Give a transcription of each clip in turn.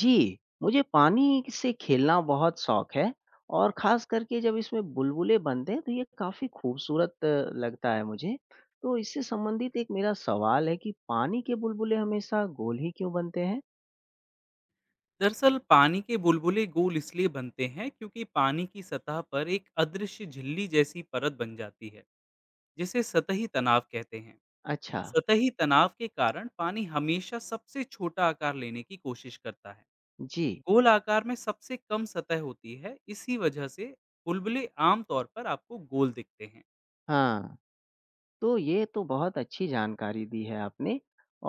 जी, मुझे पानी से खेलना बहुत शौक है और ख़ास करके जब इसमें बुलबुले बनते हैं तो ये काफ़ी खूबसूरत लगता है मुझे। तो इससे संबंधित एक मेरा सवाल है कि पानी के बुलबुले हमेशा गोल ही क्यों बनते हैं? दरअसल पानी के बुलबुले गोल इसलिए बनते हैं क्योंकि पानी की सतह पर एक अदृश्य झिल्ली जैसी परत बन जाती है जिसे सतही तनाव कहते हैं। अच्छा, सतही तनाव के कारण पानी हमेशा सबसे छोटा आकार लेने की कोशिश करता है। जी, गोल आकार में सबसे कम सतह होती है, इसी वजह से बुलबुले आमतौर पर आपको गोल दिखते हैं। हाँ। तो ये तो बहुत अच्छी जानकारी दी है आपने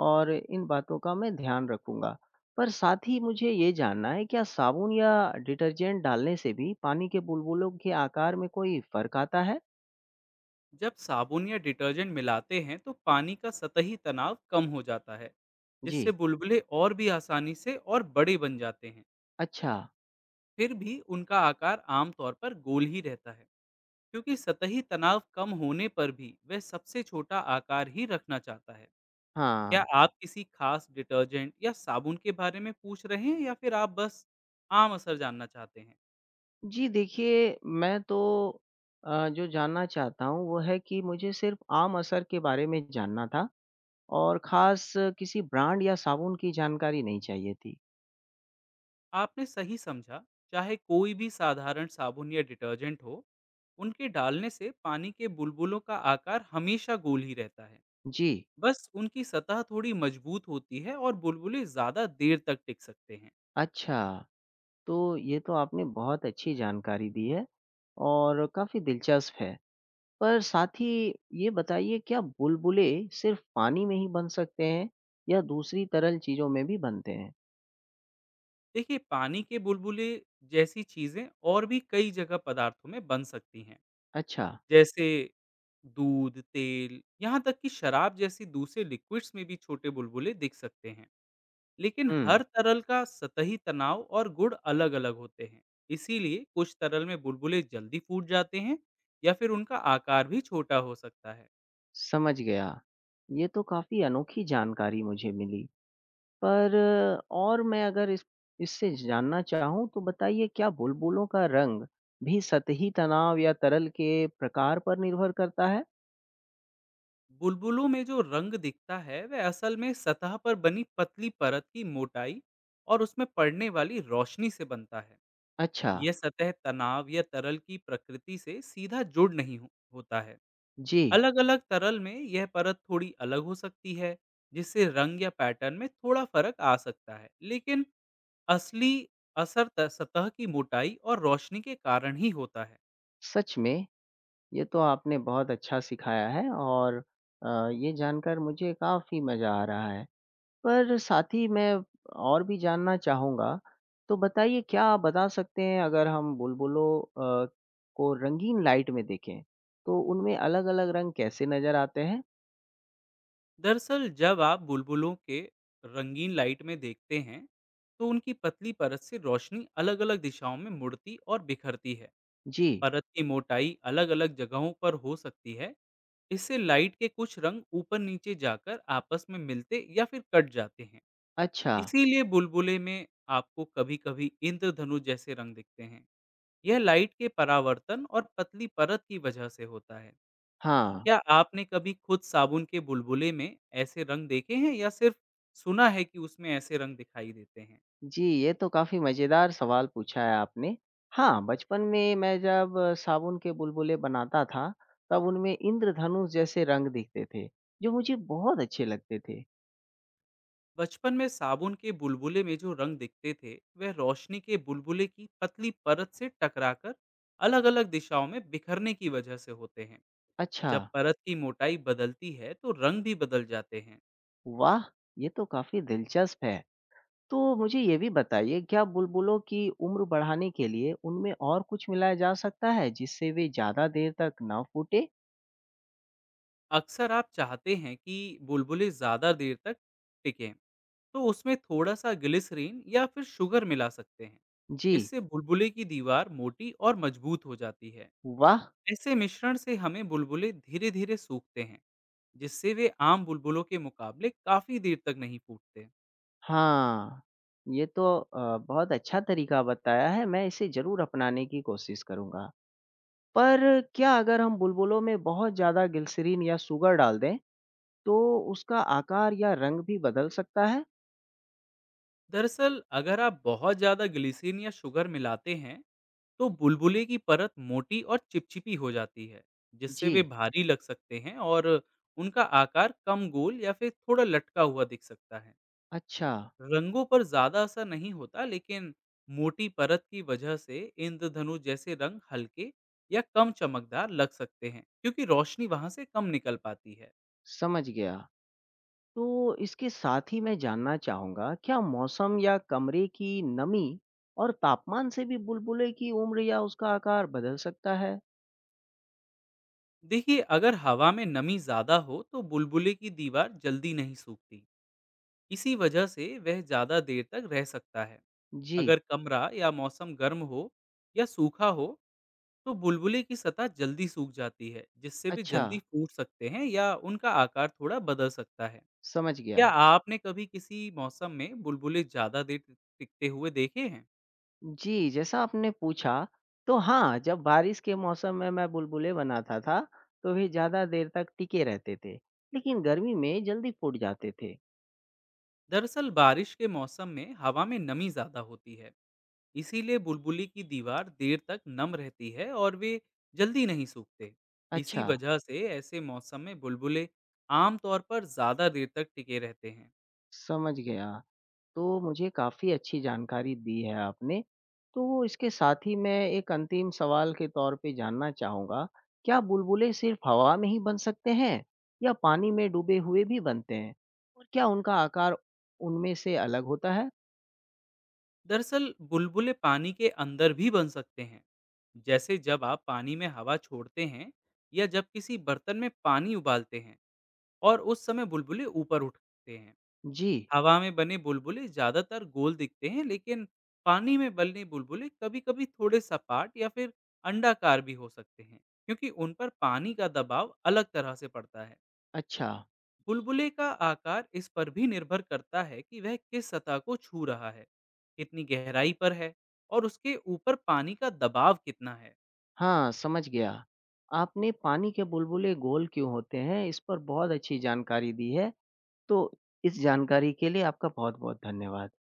और इन बातों का मैं ध्यान रखूँगा। पर साथ ही मुझे ये जानना है क्या साबुन या डिटर्जेंट डालने से भी पानी के बुलबुलों के आकार में कोई फ़र्क आता है? जब साबुन या डिटर्जेंट मिलाते हैं तो पानी का सतही तनाव कम हो जाता है, जी। जिससे बुलबुले और भी आसानी से और बड़े बन जाते हैं। अच्छा, फिर भी उनका आकार आमतौर पर गोल ही रहता है, क्योंकि सतही तनाव कम होने पर भी वह सबसे छोटा आकार ही रखना चाहता है। क्या हाँ। आप किसी खास डिटर्जेंट या साबुन के बारे में पूछ रहे हैं, या फिर आप बस आम असर जानना चाहते हैं? जी, देखिए मैं तो जो जानना चाहता हूँ वो है कि मुझे सिर्फ़ आम असर के बारे में जानना था और ख़ास किसी ब्रांड या साबुन की जानकारी नहीं चाहिए थी। आपने सही समझा। चाहे कोई भी साधारण साबुन या डिटर्जेंट हो, उनके डालने से पानी के बुलबुलों का आकार हमेशा गोल ही रहता है। जी, बस उनकी सतह थोड़ी मजबूत होती है और बुलबुले ज़्यादा देर तक टिक सकते हैं। अच्छा। तो ये तो आपने बहुत अच्छी जानकारी दी है और काफ़ी दिलचस्प है। पर साथ ही ये बताइए क्या बुलबुले सिर्फ़ पानी में ही बन सकते हैं या दूसरी तरल चीज़ों में भी बनते हैं? देखिए, पानी के बुलबुले जैसी चीज़ें और भी कई जगह पदार्थों में बन सकती हैं। अच्छा, जैसे दूध, तेल, यहाँ तक कि शराब जैसी दूसरे लिक्विड्स में भी छोटे बुलबुले दिख सकते हैं। लेकिन हुँ। हर तरल का सतही तनाव और गुण अलग-अलग होते हैं। इसीलिए कुछ तरल में बुलबुले जल्दी फूट जाते हैं, या फिर उनका आकार भी छोटा हो सकता है। समझ गया। ये तो काफ़ी अनोखी जानकारी मुझे मिली। पर और मैं अगर इस इससे जानना चाहूँ तो बताइए क्या बुलबुलों का रंग भी सतही तनाव या तरल के प्रकार पर निर्भर करता है? बुलबुलों में जो रंग दिखता है, वह असल में सतह पर बनी पतली परत की मोटाई और उसमें पड़ने वाली रोशनी से बनता है। अच्छा, यह सतह तनाव या तरल की प्रकृति से सीधा जुड़ नहीं हो- होता है। जी। अलग अलग तरल में यह परत थोड़ी अलग हो सकती है, जिससे रंग या पैटर्न में थोड़ा फर्क आ सकता है, लेकिन असली असर सतह की मोटाई और रोशनी के कारण ही होता है। सच में ये तो आपने बहुत अच्छा सिखाया है और ये जानकर मुझे काफ़ी मज़ा आ रहा है। पर साथ ही मैं और भी जानना चाहूँगा, तो बताइए क्या आप बता सकते हैं अगर हम बुलबुलों अ, को रंगीन लाइट में देखें, तो उनमें अलग-अलग रंग कैसे नज़र आते हैं? दरअसल जब आप बुलबुलों के रंगीन लाइट में देखते हैं, तो उनकी पतली परत से रोशनी अलग अलग दिशाओं में मुड़ती और बिखरती है। जी, परत की मोटाई अलग अलग जगहों पर हो सकती है, इससे लाइट के कुछ रंग ऊपर नीचे जाकर आपस में मिलते या फिर कट जाते हैं। अच्छा, इसीलिए बुलबुले में आपको कभी कभी इंद्रधनु जैसे रंग दिखते हैं। यह लाइट के परावर्तन और पतली परत की वजह से होता है। हाँ। क्या आपने कभी खुद साबुन के बुलबुले में ऐसे रंग देखे हैं, या सिर्फ सुना है कि उसमें ऐसे रंग दिखाई देते हैं? जी, ये तो काफ़ी मज़ेदार सवाल पूछा है आपने। हाँ, बचपन में मैं जब साबुन के बुलबुले बनाता था, तब उनमें इंद्रधनुष जैसे रंग दिखते थे, जो मुझे बहुत अच्छे लगते थे। बचपन में साबुन के बुलबुले में जो रंग दिखते थे, वह रोशनी के बुलबुले की पतली परत से टकराकर अलग-अलग दिशाओं में बिखरने की वजह से होते हैं। अच्छा, जब परत की मोटाई बदलती है, तो रंग भी बदल जाते हैं। वाह! ये तो काफ़ी दिलचस्प है। तो मुझे ये भी बताइए, क्या बुलबुलों की उम्र बढ़ाने के लिए उनमें और कुछ मिलाया जा सकता है, जिससे वे ज़्यादा देर तक ना फूटें? अक्सर आप चाहते हैं कि बुलबुले ज़्यादा देर तक टिकें, तो उसमें थोड़ा-सा ग्लिसरीन या फिर शुगर मिला सकते हैं। जी, इससे बुलबुले की दीवार मोटी और मजबूत हो जाती है। वाह! ऐसे मिश्रण से हमें बुलबुले धीरे-धीरे सूखते हैं, जिससे वे आम बुलबुलों के मुकाबले काफ़ी देर तक नहीं फूटते। हाँ, ये तो बहुत अच्छा तरीका बताया है, मैं इसे ज़रूर अपनाने की कोशिश करूँगा। पर क्या अगर हम बुलबुलों में बहुत ज़्यादा ग्लिसरीन या शुगर डाल दें, तो उसका आकार या रंग भी बदल सकता है? दरअसल, अगर आप बहुत ज़्यादा ग्लिसरीन या शुगर मिलाते हैं, तो बुलबुले की परत मोटी और चिपचिपी हो जाती है, जिससे वे जी, भारी लग सकते हैं और उनका आकार कम गोल या फिर थोड़ा लटका हुआ दिख सकता है। अच्छा, रंगों पर ज्यादा असर नहीं होता, लेकिन मोटी परत की वजह से इंद्रधनु जैसे रंग हल्के या कम चमकदार लग सकते हैं, क्योंकि रोशनी वहां से कम निकल पाती है। समझ गया। तो इसके साथ ही मैं जानना चाहूँगा, क्या मौसम या कमरे की नमी और तापमान से भी बुलबुले की उम्र या उसका आकार बदल सकता है? देखिए, अगर हवा में नमी ज्यादा हो तो बुलबुले की दीवार जल्दी नहीं सूखती, इसी वजह से वह ज़्यादा देर तक रह सकता है। जी, अगर कमरा या मौसम गर्म हो या सूखा हो, तो बुलबुले की सतह जल्दी सूख जाती है, जिससे वे अच्छा, जल्दी फूट सकते हैं या उनका आकार थोड़ा बदल सकता है। समझ गया। क्या आपने कभी किसी मौसम में बुलबुले ज़्यादा देर टिकते हुए देखे हैं? जी, जैसा आपने पूछा, तो हाँ, जब बारिश के मौसम में मैं बुलबुले बनाता था, तो वे ज़्यादा देर तक टिके रहते थे, लेकिन गर्मी में जल्दी फूट जाते थे। दरअसल बारिश के मौसम में हवा में नमी ज़्यादा होती है, इसीलिए बुलबुली की दीवार देर तक नम रहती है और वे जल्दी नहीं सूखते। इसी अच्छा, वजह से ऐसे मौसम में बुलबुले आमतौर पर ज़्यादा देर तक टिके रहते हैं। समझ गया। तो मुझे काफ़ी अच्छी जानकारी दी है आपने। तो इसके साथ ही मैं एक अंतिम सवाल के तौर पे जानना चाहूँगा, क्या बुलबुले सिर्फ़ हवा में ही बन सकते हैं या पानी में डूबे हुए भी बनते हैं? और क्या उनका आकार उनमें से अलग होता है? दरअसल बुलबुले पानी के अंदर भी बन सकते हैं, जैसे जब आप पानी में हवा छोड़ते हैं, या जब किसी बर्तन में पानी उबालते हैं और उस समय बुलबुले ऊपर उठते हैं। जी, हवा में बने बुलबुले ज्यादातर गोल दिखते हैं, लेकिन पानी में बने बुलबुले कभी-कभी थोड़े सपाट या फिर अंडाकार भी हो सकते हैं, क्योंकि उन पर पानी का दबाव अलग तरह से पड़ता है। अच्छा। बुलबुले का आकार इस पर भी निर्भर करता है कि वह किस सतह को छू रहा है, कितनी गहराई पर है, और उसके ऊपर पानी का दबाव कितना है। हाँ, समझ गया। आपने पानी के बुलबुले गोल क्यों होते हैं, इस पर बहुत अच्छी जानकारी दी है। तो इस जानकारी के लिए आपका बहुत-बहुत धन्यवाद।